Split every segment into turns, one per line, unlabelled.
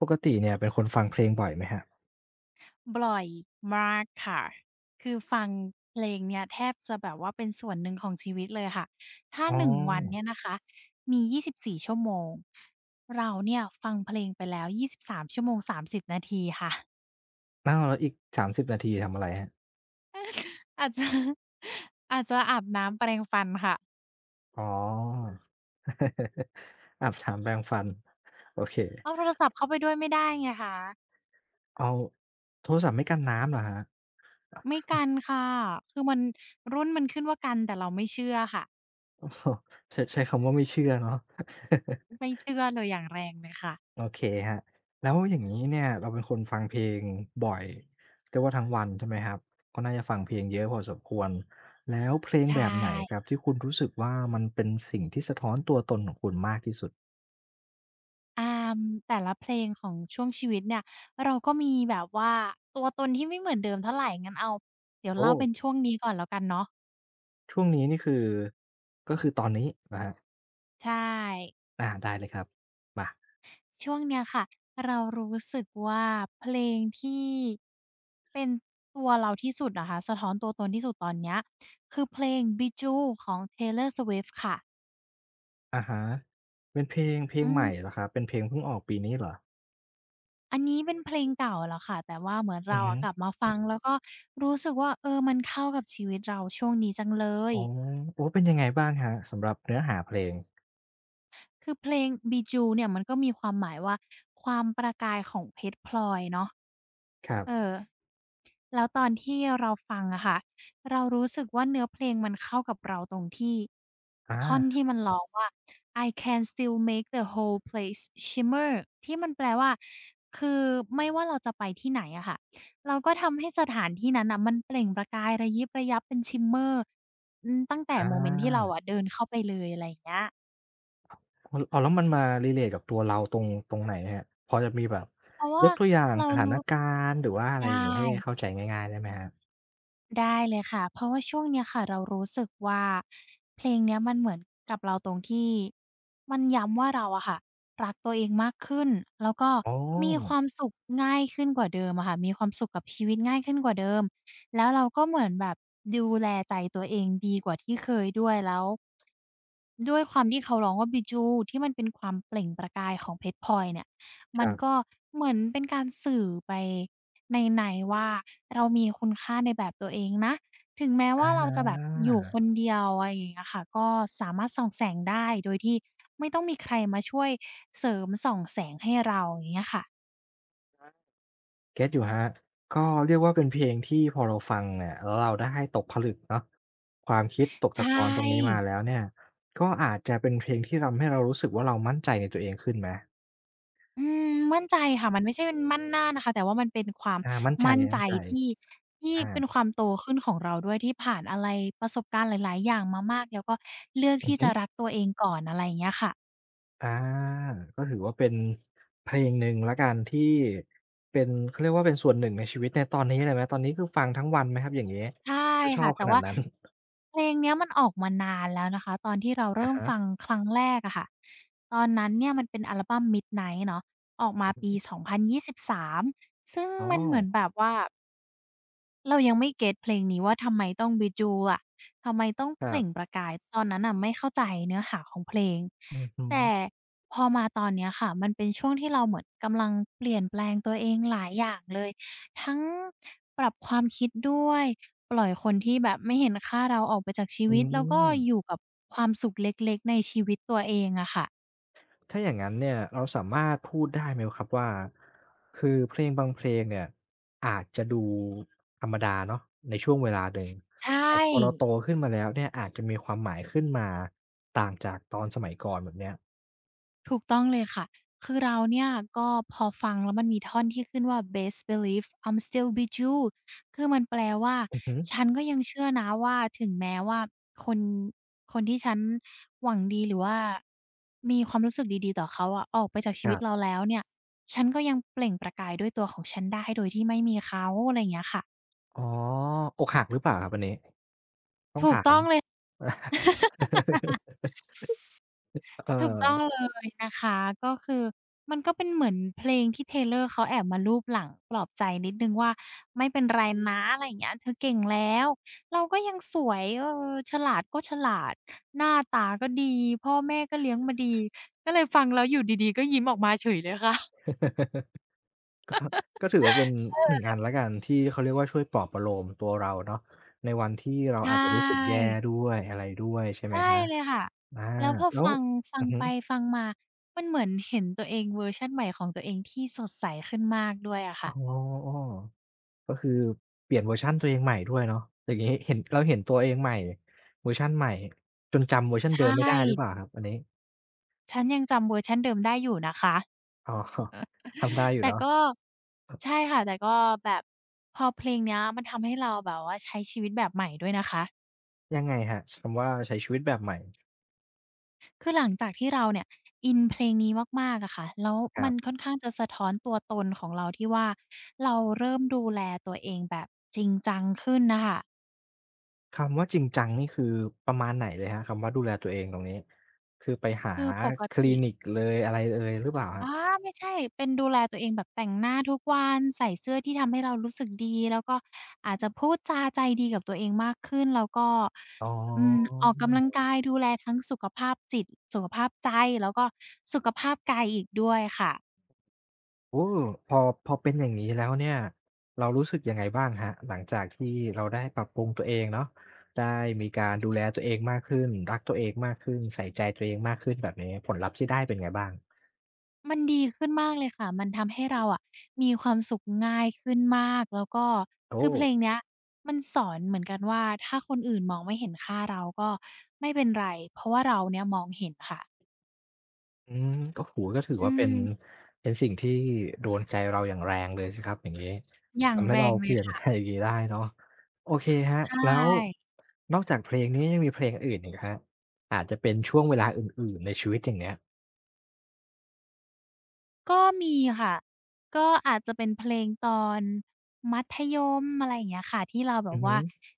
ปกติเนี่ยเป็นคนฟังเพลงบ่อยไหมครับ
บ่อยมากค่ะคือฟังเพลงเนี่ยแทบจะแบบว่าเป็นส่วนหนึ่งของชีวิตเลยค่ะถ้า
อ๋อ
1วันเนี่ยนะคะมี24ชั่วโมงเราเนี่ยฟังเพลงไปแล้ว23ชั่วโมง30นาทีค่ะ
อ้าวแล้วอีกสามสิ0นาทีทำอะไรครับ
อาจจะ อาจจะอาบน้ำแปรงฟันค่ะ
อ๋อ อาบน้ำแปรงฟันโอเค
เอาโทรศัพท์เข้าไปด้วยไม่ได้ไงคะ
เอาโทรศัพท์ไม่กันน้ำเหรอครับ
ไม่กันค่ะคือมันรุ่นมันขึ้นว่ากันแต่เราไม่เชื่อค่ะ
โอ้โฮ ใช้ใช้คำว่าไม่เชื่อเนาะ
ไม่เชื่อเลยอย่างแรงเลยค่ะ
โอเคครับแล้วอย่างนี้เนี่ยเราเป็นคนฟังเพลงบ่อยเรียกว่าทั้งวันใช่ไหมครับก็น่าจะฟังเพลงเยอะพอสมควรแล้วเพลง
ใช่
แบบไหนครับที่คุณรู้สึกว่ามันเป็นสิ่งที่สะท้อนตัวตนของคุณมากที่สุด
อ่ามแต่ละเพลงของช่วงชีวิตเนี่ยเราก็มีแบบว่าตัวตนที่ไม่เหมือนเดิมเท่าไหรงั้นเอาเดี๋ยว
โอ้
เล่าเป็นช่วงนี้ก่อนแล้วกันเนาะ
ช่วงนี้นี่คือก็คือตอนนี้เหรอครับ
ใช่
อาได้เลยครับมา
ช่วงเนี้ยค่ะเรารู้สึกว่าเพลงที่เป็นตัวเราที่สุดนะคะสะท้อนตัวตนที่สุดตอนเนี้ยคือเพลง "Bijou" ของ Taylor Swift ค่ะ
อะฮะเป็นเพลงเพล
อื
งใหม่
ม
เหรอครับเป็นเพลงเพิ่งออกปีนี้เหรอ
อันนี้เป็นเพลงเก่าแล้วค่ะแต่ว่าเหมือน
อื
เรา
อฮึ
อะกลับมาฟังแล้วก็รู้สึกว่าเออมันเข้ากับชีวิตเราช่วงนี้จังเลย
อ๋อโอ้เป็นยังไงบ้างครับสำหรับเนื้อหาเพลง
คือเพลง "Bijou" เนี่ยมันก็มีความหมายว่าความประกายของเพชรพลอยเนาะ
ครั
เอ
บ
อ แล้วตอนที่เราฟังอะค่ะ เรารู้สึกว่าเนื้อเพลงมันเข้ากับเราตรงที่ท่อน
อา
ที่มันร้องว่า "I can still make the whole place shimmer" ที่มันแปลว่า คือไม่ว่าเราจะไปที่ไหนอะค่ะ เราก็ทำให้สถานที่นั้นน่ะมันเปล่งประกายระยิบระยับเป็น shimmer อืมตั้งแต่
อ
โมเมนต์ที่เรา
า
อะเดินเข้าไปเลยอะไรอย่างเงี้ย
อ๋ออ้าวแล้วมันมา relate กับตัวเราตรงตรงไหนครับพอจะมีแบบ
เพราะ
ย
ว่า
กตัวอย่าง
เรา
สถาน
รู้
การณ์หรือว่าอะ
ได
ไรอย่างงี้ให้
้
เข้าใจง่ายๆได้ไหมครับ
ได้เลยค่ะ เพราะว่าช่วงเนี้ยค่ะเรารู้สึกว่าเพลงเนี้ยมันเหมือนกับเราตรงที่มันย้ำว่าเราอะค่ะรักตัวเองมากขึ้นแล้วก็
อ๋อ
มีความสุขง่ายขึ้นกว่าเดิมอะค่ะมีความสุขกับชีวิตง่ายขึ้นกว่าเดิมแล้วเราก็เหมือนแบบดูแลใจตัวเองดีกว่าที่เคยด้วยแล้วด้วยความที่เขาร้องว่าบิจูที่มันเป็นความเปล่งประกายของเพชรพลอยเนี่ย
ค
มัน
รั
ก็
บ
เหมือนเป็นการสื่อไปในว่าเรามีคุณค่าในแบบตัวเองนะถึงแม้
อ
ว่าเราจะแบบ
า
อยู่คนเดียวอะไรอย่างเงี้ยค่ะก็สามารถส่องแสงได้โดยที่ไม่ต้องมีใครมาช่วยเสริมส่องแสงให้เราอย่างเงี้ยค่ะ
เก็ตอยู่ครับก็เรียกว่าเป็นเพลงที่พอเราฟังเนี่ยแล้วเราได้ตกผลึกเนาะความคิดตก
ใช
ตะกอนตรงนี้
่
มาแล้วเนี่ยก็อาจจะเป็นเพลงที่ทำให้เรารู้สึกว่าเรามั่นใจในตัวเองขึ้นไหม
อืมมั่นใจค่ะมันไม่ใช่เป็นมั่นหน้านะคะแต่ว่ามันเป็นความ
อามั่นใจ
มั่นใจที่ที่
ๆอา
เป็นความโตขึ้นของเราด้วยที่ผ่านอะไรประสบการณ์หลายๆอย่างมามากแล้วก็เลือก
อือ
ที่
ฮึ
จะรักตัวเองก่อนอะไรอย่างเงี้ยค่ะ
อาก็ถือว่าเป็นเพลงหนึ่งแล้วกันที่เป็นเขาเรียกว่าเป็นส่วนหนึ่งในชีวิตในตอนนี้เลยไหมตอนนี้คือฟังทั้งวันไหมครับอย่างงี้
ใช่
ถ้าชอ
ค่ะ
บข
แต่
นาด
ว่า
นั้น
เพลงเนี้ยมันออกมานานแล้วนะคะตอนที่เรา
อะ
เริ่มฟัง
ฮะ
ครั้งแรกอะค่ะตอนนั้นเนี่ยมันเป็นอัลบัม Midnight เนาะออกมา
ออ
ปี
ฮึ
2023ซึ่ง
อ๋อ
มันเหมือนแบบว่า เรายังไม่เก็ตเพลงนี้ว่าทำไมต้อง b i j ูอล่ะทำไมต้อง
ค
เป
รั
ล่งป
บ
ระกาย ตอนนั้นน่ะไม่เข้าใจเนื้อหาของเพลง
อือฮึ
แต่พอมาตอนเนี้ยค่ะ มันเป็นช่วงที่เราเหมือนกำลังเปลี่ยนแปลงตัวเองหลายอย่างเลย ทั้งปรับความคิดด้วย ปล่อยคนที่แบบไม่เห็นค่าเราออกไปจากชี
อื
วิต แล้วก็
ม
อยู่กับความสุขเล็กๆในชีวิตตัวเองอะค่ะ
ถ้าอย่างนั้นเนี่ยเราสามารถพูดได้ไหมครับว่าคือเพลงบางเพลงเนี่ยอาจจะดูธรรมดาเนาะในช่วงเวลาหนึ่ง
ใช่
แต่พอเราโตขึ้นมาแล้วเนี่ยอาจจะมีความหมายขึ้นมาต่างจากตอนสมัยก่อนแบบเนี้ย
ถูกต้องเลยค่ะ คือเราเนี่ยก็พอฟังแล้วมันมีท่อนที่ขึ้นว่า "Best believe I'm still with you" คือมันแปลว่า
อือฮึ
ฉันก็ยังเชื่อนะว่าถึงแม้ว่าคนคนที่ฉันหวังดีหรือว่ามีความรู้สึกดีๆต่อเขาอะออกไปจากชี
ค
วิ
รั
ตเรา
บ
แล้วเนี่ยฉันก็ยังเปล่งประกายด้วยตัวของฉันได้โดยที่ไม่มีเขาอะไรอย่างเงี้ยค่ะ
อ๋ออกหักหรือเปล่าครับอันนี้ต้อง
ถูก
ถา
ต้
ม
องเลย
เอ
ถูกต้อง
อ
เลยนะคะก็คือมันก็เป็นเหมือนเพลงที่ Taylor เขาแอบมาลูบหลังปลอบใจนิดหนึ่งว่าไม่เป็นไรนะอะไรอย่างเงี้ยเธอเก่งแล้วเราก็ยังสวยเออฉลาดก็ฉลาดหน้าตาก็ดีพ่อแม่ก็เลี้ยงมาดีก็เลยฟังแล้วอยู่ดีๆก็ยิ้มออกมาเฉยเลยค่ะ
ก็ถือว่าเป็นหนึ่งอันแล้วกันที่เขาเรียกว่าช่วยปลอบประโลมตัวเราเนาะในวันที่เรา
ใช่
อาจจะรู้สึกแย่ด้วยอะไรด้วยใช่ไหม
ใช่
ครับ
เลยค่ะ
อา
แล้วพอ
แล้ว
ฟังฟั
อื
ง
อฮึ
ไปฟังมามันเหมือนเห็นตัวเองเวอร์ชันใหม่ของตัวเองที่สดใสขึ้นมากด้วยอะ
อ๋
ค่ะ
อก็คือเปลี่ยนเวอร์ชันตัวเองใหม่ด้วยเนาะอย่างงี้เห็นเราเห็นตัวเองใหม่เวอร์ชันใหม่จนจำเวอร์ชัน
ใช
เดิมไม่ได้หรือเปล่า
่
ครับอันนี้
ฉันยังจำเวอร์ชันเดิมได้อยู่นะคะ
อ๋อ ทำได้ อยู่
แต่
เนาะ
ก็ใช่ค่ะแต่ก็แบบพอเพลงเนี้ยมันทำให้เราแบบว่าใช้ชีวิตแบบใหม่ด้วยนะคะ
ยังไงครับคำว่าใช้ชีวิตแบบใหม่
คือหลังจากที่เราเนี่ยอินเพลงนี้มากๆอะค่ะแล้ว
ค
มั
รั
นค่
บ
อนข้างจะสะท้อนตัวตนของเราที่ว่าเราเริ่มดูแลตัวเองแบบจริงจังขึ้นนะคะ
คำว่าจริงจังนี่คือประมาณไหนเลยครับคำว่าดูแลตัวเองตรงนี้คือไปหา
คือปก
คลิ
ติ
นิกเอยอะไรเอยหรือเปล่าค
อ๋
รั
อ
บ
ไม่ใช่เป็นดูแลตัวเองแบบแต่งหน้าทุกวันใส่เสื้อที่ทำให้เรารู้สึกดีแล้วก็อาจจะพูดจาใจดีกับตัวเองมากขึ้นแล้วก็
อ๋
อืม
อ
ออกกำลังกายดูแลทั้งสุขภาพจิตสุขภาพใจแล้วก็สุขภาพกายอีกด้วยค่ะ
โอ้พอพอเป็นอย่างงี้แล้วเนี่ยเรารู้สึกยังไงบ้างครับหลังจากที่เราได้ปรับปรุงตัวเองเนาะได้มีการดูแลตัวเองมากขึ้นรักตัวเองมากขึ้นใส่ใจตัวเองมากขึ้นแบบนี้ผลลัพธ์ที่ได้เป็นไงบ้าง
มันดีขึ้นมากเลยค่ะมันทำให้เราอะมีความสุขง่ายขึ้นมากแล้วก็
โอ้
คือเพลงเนี้ยมันสอนเหมือนกันว่าถ้าคนอื่นมองไม่เห็นค่าเราก็ไม่เป็นไรเพราะว่าเราเนี่ยมองเห็นค่ะ
อืมก็โอ้โฮก็ถือ
อื
ว่าเป็น
ม
เป็นสิ่งที่โดนใจเราอย่างแรงเลยสิครับอย่างงี้
อย่าง
ทำให้
แร
เรา
งเล
เป
ย
ลี่ยน
ค่ะ
อะไรอย่างงี้ได้เนาะโอเคครับ
ใช
แล้ว
่
นอกจากเพลงนี้ยังมีเพลงอื่นอีกครับอาจจะเป็นช่วงเวลาอื่นๆในชีวิตอย่างเงี้ย
ก็มีค่ะก็อาจจะเป็นเพลงตอนมัธยมอะไรอย่างเงี้ยค่ะที่เราแบ
อื
บ
อฮึ
ว่า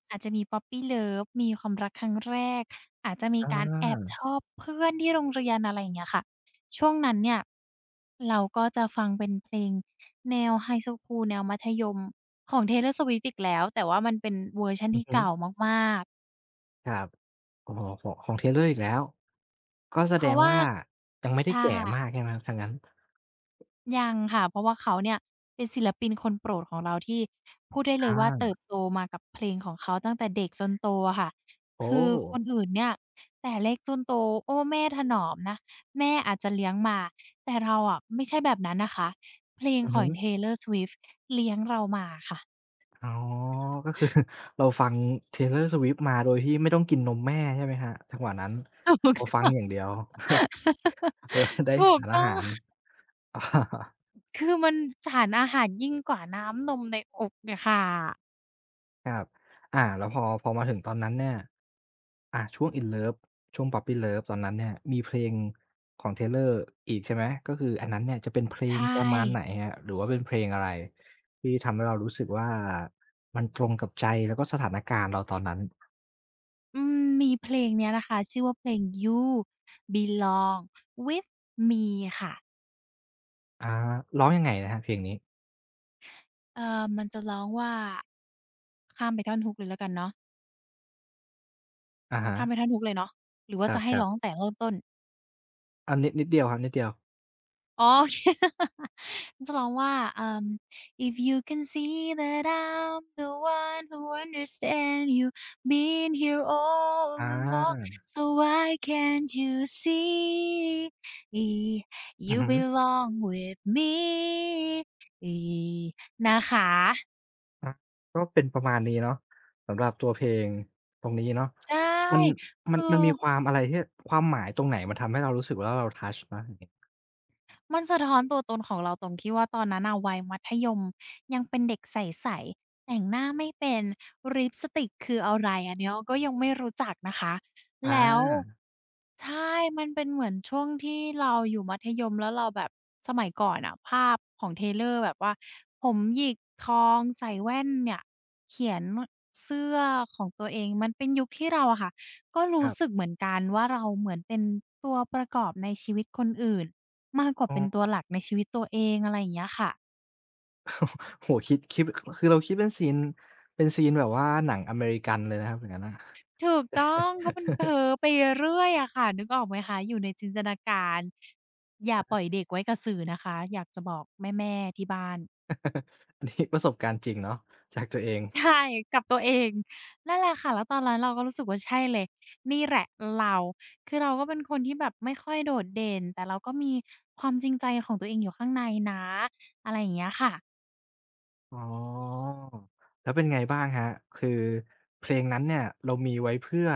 อาจจะมี Puppy Love มีความรักครั้งแรกอาจจะมี
อ
การแอบช
า
อบเพื่อนที่โรงเรียนอะไรอย่างเงี้ยค่ะช่วงนั้นเนี่ยเราก็จะฟังเป็นเพลงแนวไฮสคูลแนวมัธยมของ Taylor Swift อีกแล้วแต่ว่ามันเป็นเวอร์ชัน
อือ
ที่
ฮึ
เก่ามาก
ครับโอ้โฮของของ Taylor อีกแล้วก็
ๆ
แส
เพ
ด
ราะ
ง
ว่า
ว่ายังไม่ได้
ใช่
แก่มากใช่ไหมครับถ้างนั้น
ยังค่ะเพราะว่าเขาเนี่ยเป็นศิลปินคนโปรดของเราที่พูดได้เลย
อา
ว่าเติบโตมากับเพลงของเขาตั้งแต่เด็กจนโตอะค่ะ
โอ้
คือคนอื่นเนี่ยแต่เล็กจนโตโอ้แม่ถนอมนะแม่อาจจะเลี้ยงมาแต่เราอะไม่ใช่แบบนั้นนะคะเพลง
อือ
ขอ
ฮึ
ง Taylor Swift เลี้ยงเรามาค่ะ
อ๋อก็คือ เราฟัง Taylor Swift มาโดยที่ไม่ต้องกินนมแม่ใช่ไหมครับจังหวะนั้นเราฟัง อย่างเดียว เราได้
ถูก
สาร
ต้
อา
อง
หา
ถู
ร
กต้อง คือมันสารอาหารยิ่งกว่าน้ำนมในอกเนี่ยค่ะ
ครับอาแล้วพอพอมาถึงตอนนั้นเนี่ยอาช่วง In Love ช่วง Puppy Love ตอนนั้นเนี่ยมีเพลงของ Taylor อีกใช่ไหม ก็คืออันนั้นเนี่ยจะเป็นเพลง
ใช่
ประมาณไหนครับหรือว่าเป็นเพลงอะไรที่ทำให้เรารู้สึกว่ามันตรงกับใจแล้วก็สถานการณ์เราตอนนั้น
อืมมีเพลงเนี้ยนะคะชื่อว่าเพลง You Belong With Me ค่ะ
อาร้องยังไงนะครับเพลงนี้
มันจะร้องว่าข้ามไปท่อนฮุกเลยแล้วกันเนาะ
อะฮะ
ข้ามไปท่อนฮุกเลยเนาะหรือ
ค
ว่าจะให้
รั
ร้
บ
อง
ๆ
แต่เริ่มต้น
อานิดเดียวครับนิดเดียว
อ๋อโอเค จะร้องว่า um If you can see that I'm the one who understand you, been here all
อ
along,
า
so why can't you see? E,
อือ
You
ฮึ
belong with me E, นะคะ
อาก็เป็นประมาณนี้เนาะสำหรับตัวเพลงตรงนี้เนาะ
ใช่
มันมั
คื
น
อ
มันมีความอะไรที่ความหมายตรงไหนมันทำให้เรารู้สึกว่าเราทัชนะอย่างงี้
มันสะท้อนตัวตนของเราตรงที่ว่าตอนนั้นน่ะวัยมัธยมยังเป็นเด็กใสๆแต่งหน้าไม่เป็นลิปสติกคืออะไรอันเนี้ยก็ยังไม่รู้จักนะคะ
อา
แล้วใช่มันเป็นเหมือนช่วงที่เราอยู่มัธยมแล้วเราแบบสมัยก่อนน่ะภาพของ Taylor แบบว่าผมหยิกทองใส่แว่นเนี่ยเขียนเสื้อของตัวเองมันเป็นยุคที่เราอะค่ะก็
ค
รู้
รับ
สึกเหมือนกันว่าเราเหมือนเป็นตัวประกอบในชีวิตคนอื่น มากกว่า
อ๋อ
เป็นตัวหลักในชีวิตตัวเองอะไรอย่างเงี้ยค่ะ
โอ้โฮคิดคือเราคิดเป็นซีนเป็นซีนแบบว่าหนังอเมริกันเลยนะครับอย่างงั้นน่ะ
ถูกต้องก็มันเพ้อไปเรื่อยอะค่ะนึกออกไหมคะอยู่ในจินตนาการอย่าปล่อยเด็กไว้กับสื่อนะคะอยากจะบอกแม่ๆที่บ้าน
อันนี้ ประสบการณ์จริงเนาะจากตัวเอง
ใช่กับตัวเองนั่นแหละค่ะแล้วตอนนั้นเราก็รู้สึกว่าใช่เลยนี่แหละเราคือเราก็เป็นคนที่แบบไม่ค่อยโดดเด่นแต่เราก็มีความจริงใจของตัวเองอยู่ข้างในนะอะไรอย่างเงี้ยค่ะ
อ๋อแล้วเป็นไงบ้างครับคือเพลงนั้นเนี่ยเรามีไว้เพื่อ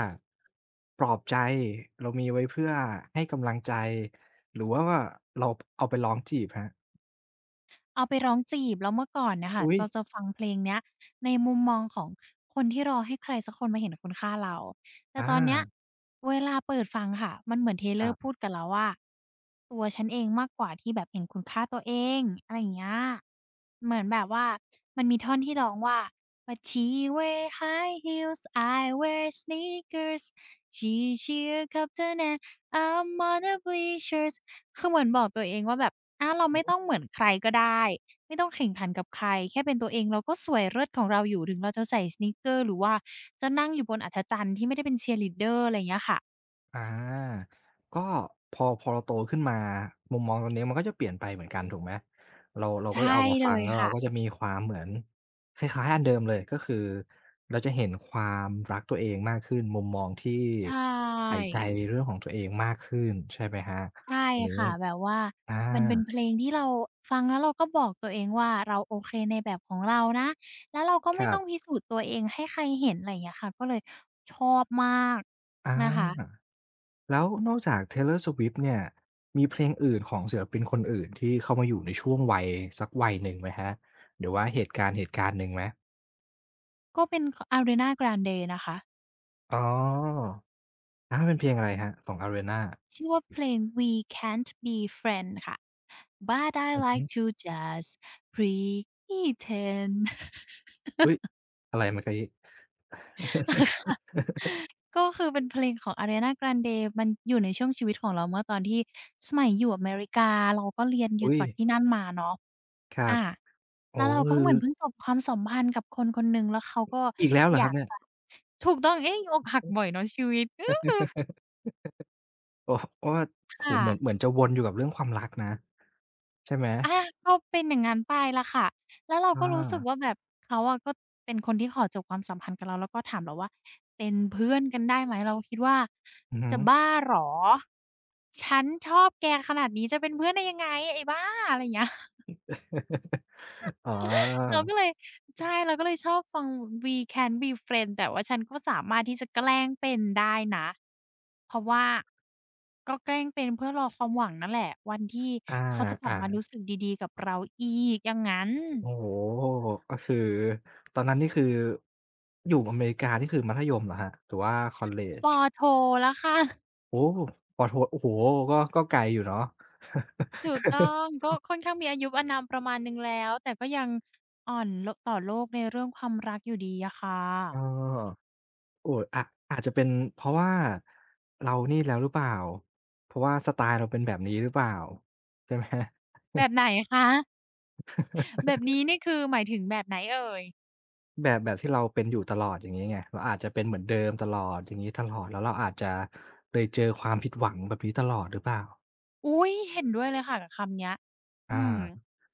ปลอบใจเรามีไว้เพื่อให้กำลังใจหรือว่าว่าเราเอาไปร้องจีบครับ
เอาไปร้องจีบแล้วเมื่อก่อนน่ะค่ะ
อุ๊ย
จะฟังเพลงเนี้ยในมุมมองของคนที่รอให้ใครสักคนมาเห็นคุณค่าเราแต่
อา
ตอนเนี้ยเวลาเปิดฟังค่ะมันเหมือน
ค
Taylor
รั
พู
บ
ดกับเราว่าตัวฉันเองมากกว่าที่แบบเห็นคุณค่าตัวเองอะไรอย่างเงี้ยเหมือนแบบว่ามันมีท่อนที่ร้องว่า "But she wear high heels, I wear sneakers. She cheer captain and I'm on a bleachers." คือเหมือนบอกตัวเองว่าแบบอาเราไม่ต้องเหมือนใครก็ได้ไม่ต้องแข่งขันกับใครแค่เป็นตัวเองเราก็สวยเลิศของเราอยู่ถึงเราจะใส่สนีกเกอร์หรือว่าจะนั่งอยู่บนอัฐจันทร์ที่ไม่ได้เป็น cheerleader อะไรอย่างเงี้ยค่ะ
อาก็พอเราโตขึ้นมามุมมองตรงนี้มันก็จะเปลี่ยนไปเหมือนกันถูกไหมเราก็
ใช่
เอามา
เล
ฟัง
ย
แล้วเรา
ค่ะ
ก็จะมีความเหมือนคล้ายๆอันเดิมเลยก็คือเราจะเห็นความรักตัวเองมากขึ้นมุมมองที่
ใช
ใส่
่
ใจเรื่องของตัวเองมากขึ้นใช่ไหมครับ
ใช่
ตรงนี้
ค่ะแบบว่า
อา
มันเป็นเพลงที่เราฟังแล้วเราก็บอกตัวเองว่าเราโอเคในแบบของเรานะแล้วเราก็
ค
ไม่
รั
ต้อ
บ
งพิสูจน์ตัวเองให้ใครเห็นอะไรอย่างเงี้ยค่ะก็เลยชอบมากนะคะ
อาแล้วนอกจาก Taylor Swift เนี่ยมีเพลงอื่นของศิลปินคนอื่นที่เข้ามาอยู่ในช่วงวัยสักวัยหนึ่งไหมครับหรือว่าเหตุการณ์หนึ่งไหม
ก็เป็นข Ariana Grande นะคะ
อ๋ออาเป็นเพลงอะไรครับของ Arena
ชื่อว่าเพลง We Can't Be Friend ค่ะ But I
อือฮึ
like to just pretend
อุ๊ยอะไรเมื่อกี้
ค่ะ ก็คือเป็นเพลงของ Ariana Grande มันอยู่ในช่วงชีวิตของเราเมื่อตอนที่สมัยอยู่อเมริกาเราก็เรียนอยู่
อุ๊ย
จากที่นั่นมาเนาะ
ครับ
อา
โอ้
แล้วเราก็
คือ
เหมือนเพิ่งจบความสัมพันธ์กับคนคนหนึ่งแล้วเขาก็
อีกแล้วเหร
อ
อครั
ยา
บ
ก
เนี่ย
จะถูกต้องเอ๊ะอกหักบ่อยเนาะชีวิตเออ
โอ้ เพราะว่าโอ้โฮ
ค่ะ
เหมือนจะวนอยู่กับเรื่องความรักนะ ใช่ไหม
อาก็เป็นอย่างงั้นไปล่ะค่ะแล้วเรา
อ
ก็รู้สึกว่า
า
แบบเขาอะก็เป็นคนที่ขอจบความสัมพันธ์กับเราแล้วก็ถามเราว่าเป็นเพื่อนกันได้ไหมเราคิดว่า
อือฮึ
จะบ้าเหรอฉันชอบแกขนาดนี้จะเป็นเพื่อนได้ยังไงไอ้บ้าอะไรอย่างเงี้ย
อ๋อ
เราก็เลยใช่เราก็เลยชอบฟัง We Can Be Friends แต่ว่าฉันก็สามารถที่จะแกล้งเป็นได้นะเพราะว่าก็แกล้งเป็นเพื่อรอความหวังนั่นแหละวันที่
อา
เขาจะกลับ
อา
มารู้สึกดีๆกับเราอีกอย่างงั้น
โอ้โฮก็คือ ตอนนั้นนี่คือ อยู่อเมริกานี่คือมัธยมเหรอครับหรือว่าคอลเลจ
ปอโทแล้วค่ะ
โอ้ปโทโอ้โฮก็ไกลอยู่เนาะ
ถูกต้องก็ค่อนข้างมีอายุอานามประมาณหนึ่งแล้วแต่ก็ยังอ่อนโลต่อโลกในเรื่องความรักอยู่ดีอะค่ะ
เออ โอ้ยอาอาจจะเป็นเพราะว่าเรานี่แล้วหรือเปล่าเพราะว่าสไตล์เราเป็นแบบนี้หรือเปล่าใช่ไหม
แบบไหนคะแบบนี้นี่คือหมายถึงแบบไหนเอ่ย
แบบที่เราเป็นอยู่ตลอดอย่างงี้ไงเราอาจจะเป็นเหมือนเดิมตลอดอย่างงี้ตลอดแล้วเราอาจจะเลยเจอความผิดหวังแบบนี้ตลอดหรือเปล่า
อุ้ยเห็นด้วยเลยค่ะกับคำเนี้ยอื
อา
ม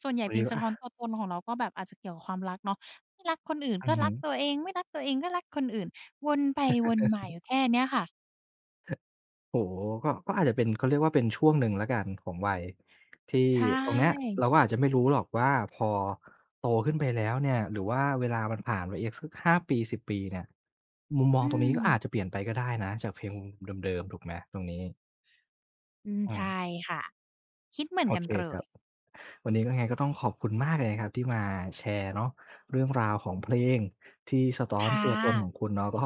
ส่วนใหญ่
ตรง
เพล
นี้
ง
ก็
สะ
อา
ท้อนตัวตนของเราก็แบบอาจจะเกี่ยวกับความรักเนาะไม่รักคนอื่น
อื
ก็
อ
รั
ฮึ
กตัวเองไม่รักตัวเองก็รักคนอื่นวนไปวนมาอยู่แค่เนี้ยค่ะ
โอ้โฮก็อาจจะเป็นเขาเรียกว่าเป็นช่วงหนึ่งแล้วกันของวัยที่
ใช
ตรงเนี้ย
่
เราก็อาจจะไม่รู้หรอกว่าพอโตขึ้นไปแล้วเนี่ยหรือว่าเวลามันผ่านไปอีกสัก5ปี10ปีเนี่ยมุมมอง
อื
ตรงนี้
ม
ก็อาจจะเปลี่ยนไปก็ได้นะจากเพลงเดิมๆถูกไหมตรงนี้
อืม
อื
ใช่
ม
ค่ะคิดเหมือน
โอ
กัน
เค
เล
ครั
ย
บ วันนี้ก็ไงก็ต้องขอบคุณมากเลยนะครับที่มาแชร์เนาะเรื่องราวของเพลงที่สะท้อน
ค่ะ
ตัวตนของคุณเนาะก็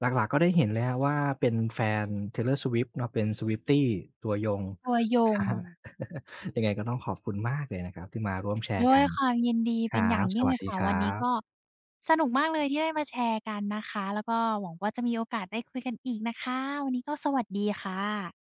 หลักๆก็ได้เห็นแล้วว่าเป็นแฟน Taylor Swift เนาะเป็น Swiftie ตัวยง
ตัวย
ค
ง
รับยังไงก็ต้องขอบคุณมากเลยนะครับที่มาร่วมแชร์
ด้วย
กัน
ความยินดี
ค
เป็น
รั
อย่า
บ
ง
ส
ยิ่ง
วั
เล
ส
ย
ดี
ค่ะ
ครั
วันนี้ก็
บ
สนุกมากเลยที่ได้มาแชร์กันนะคะแล้วก็หวังว่าจะมีโอกาสได้คุยกันอีกนะคะวันนี้ก็สวัสดีค่ะ